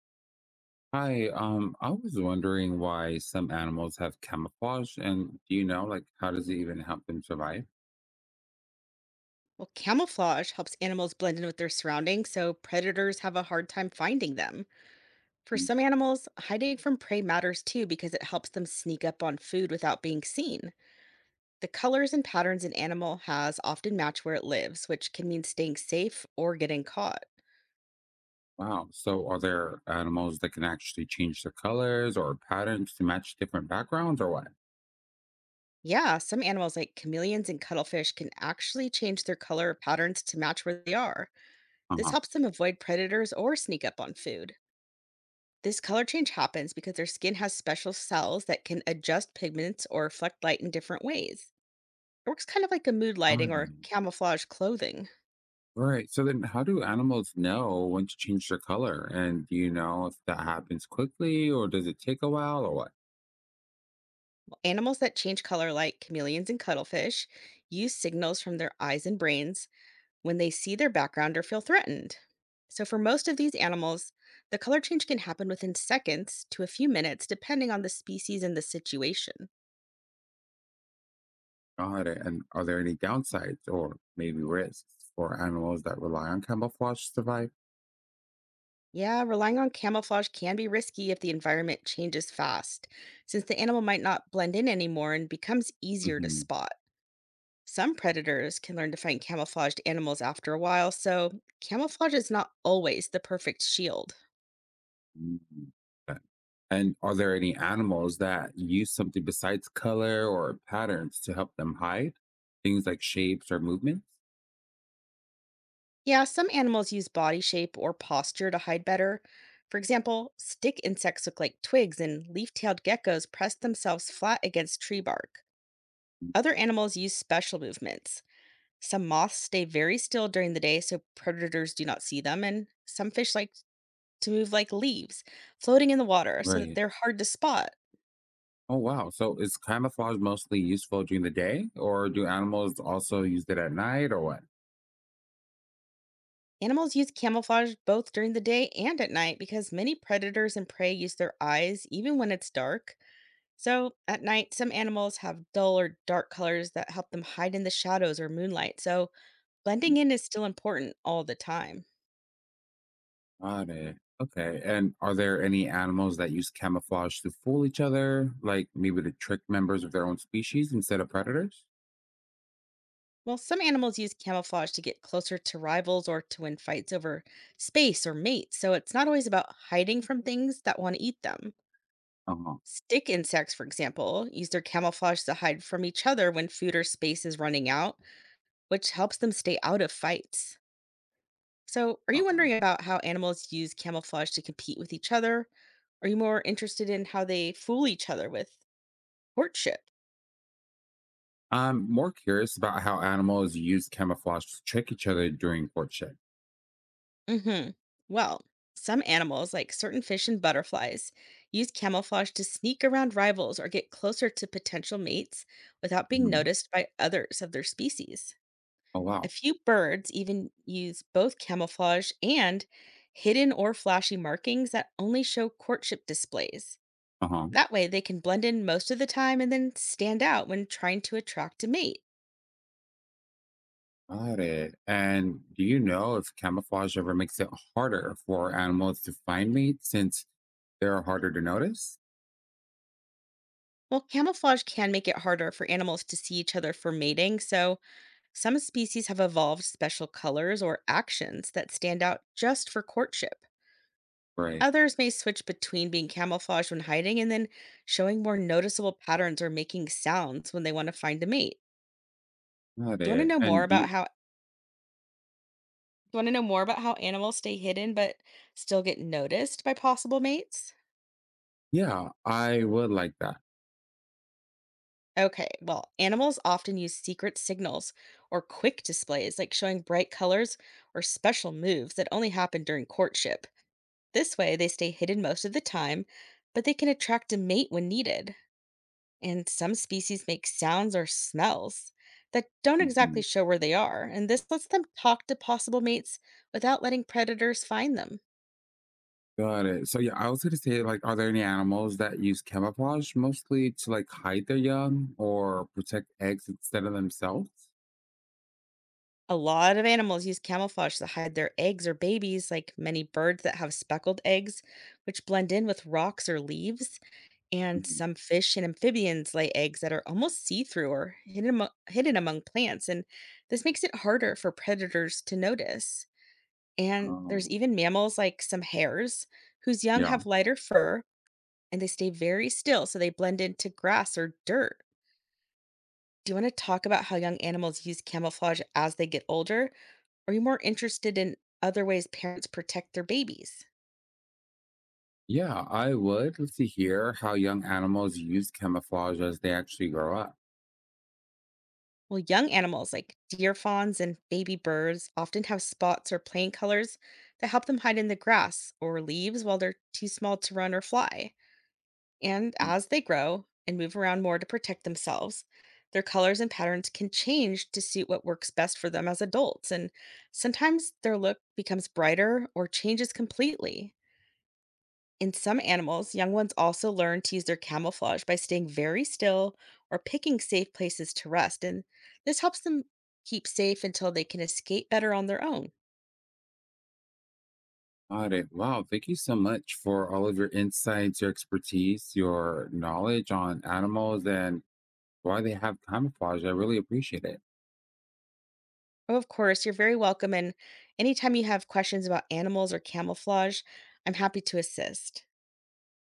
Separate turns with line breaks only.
Hi, I was wondering why some animals have camouflage, and do you know, like, how does it even help them survive?
Well, camouflage helps animals blend in with their surroundings, so predators have a hard time finding them. For
Mm.
some animals, hiding from prey matters too because it helps them sneak up on food without being seen. The colors and patterns an animal has often match where it lives, which can mean staying safe or getting caught.
Wow. So, are there animals that can actually change their colors or patterns to match different backgrounds, or what?
Yeah, some animals like chameleons and cuttlefish can actually change their color patterns to match where they are. This
Uh-huh.
helps them avoid predators or sneak up on food. This color change happens because their skin has special cells that can adjust pigments or reflect light in different ways. It works kind of like a mood lighting or camouflage clothing.
Right. So then, how do animals know when to change their color? And do you know if that happens quickly, or does it take a while, or what?
Animals that change color, like chameleons and cuttlefish, use signals from their eyes and brains when they see their background or feel threatened. So, for most of these animals, the color change can happen within seconds to a few minutes, depending on the species and the situation.
Got it. And are there any downsides or maybe risks for animals that rely on camouflage to survive?
Yeah, relying on camouflage can be risky if the environment changes fast, since the animal might not blend in anymore and becomes easier to spot. Some predators can learn to find camouflaged animals after a while, so camouflage is not always the perfect shield.
Mm. Uh, And are there any animals that use something besides color or patterns to help them hide? Things like shapes or movements?
Yeah, some animals use body shape or posture to hide better. For example, stick insects look like twigs, and leaf tailed geckos press themselves flat against tree bark. Other animals use special movements. Some moths stay very still during the day so predators do not see them, and some fish like to move like leaves, floating in the water so that
Right.
they're hard to spot.
Oh, wow. So is camouflage mostly useful during the day, or do animals also use it at night, or what?
Animals use camouflage both during the day and at night because many predators and prey use their eyes even when it's dark. So, at night, some animals have dull or dark colors that help them hide in the shadows or moonlight, so blending in is still important all the time.
Got it. Okay. And are there any animals that use camouflage to fool each other, like maybe to trick members of their own species instead of predators?
Well, some animals use camouflage to get closer to rivals or to win fights over space or mates, so it's not always about hiding from things that want to eat them.
Uh
Stick insects, for example, use their camouflage to hide from each other when food or space is running out, which helps them stay out of fights. So, are
huh.
you wondering about how animals use camouflage to compete with each other? Are you more interested in how they fool each other with courtship?
I'm more curious about how animals use camouflage to trick each other during courtship.
Hmm. Well, some animals, like certain fish and butterflies, use camouflage to sneak around rivals or get closer to potential mates without being
Mhm.
noticed by others of their species.
Oh,
A
wow.
few birds even use both camouflage and hidden or flashy markings that only show courtship displays.
Uh huh.
That way, they can blend in most of the time and then stand out when trying to attract a mate.
Got it. And do you know if camouflage ever makes it harder for animals to find mates since they're harder to notice?
Well, camouflage can make it harder for animals to see each other for mating, so some species have evolved special colors or actions that stand out just for courtship.
Right.
Others may switch between being camouflaged when hiding and then showing more noticeable patterns or making sounds when they want to find a mate.
Got
Do you want to
it.
know more
And do
about
you,
how do you want to know more about how animals stay hidden but still get noticed by possible mates?
yeah, I would like that.
Okay, well, animals often use secret signals or quick displays like showing bright colors or special moves that only happen during courtship. This way, they stay hidden most of the time, but they can attract a mate when needed. And some species make sounds or smells that don't exactly
Mhm.
show where they are, and this lets them talk to possible mates without letting predators find them.
Got it. So, yeah, I was going to say, like, are there any animals that use camouflage mostly to like hide their young or protect eggs instead of themselves?
A lot of animals use camouflage to hide their eggs or babies, like many birds that have speckled eggs, which blend in with rocks or leaves. And
Mhm.
some fish and amphibians lay eggs that are almost see through or hidden, hidden among plants, and this makes it harder for predators to notice. And there's
Oh,
even mammals like some hares whose young
yeah.
have lighter fur and they stay very still, so they blend into grass or dirt. Do you want to talk about how young animals use camouflage as they get older? Or are you more interested in other ways parents protect their babies?
Yeah, I would love to hear how young animals use camouflage as they actually grow up.
Well, young animals like deer fawns and baby birds often have spots or plain colors that help them hide in the grass or leaves while they're too small to run or fly. And as they grow and move around more to protect themselves, their colors and patterns can change to suit what works best for them as adults. And sometimes their look becomes brighter or changes completely. In some animals, young ones also learn to use their camouflage by staying very still or picking safe places to rest, and this helps them keep safe until they can escape better on their own.
Got it. Wow. Thank you so much for all of your insights, your expertise, your knowledge on animals and why they have camouflage. I really appreciate it.
Oh, of course, you're very welcome, and anytime you have questions about animals or camouflage, I'm happy to assist.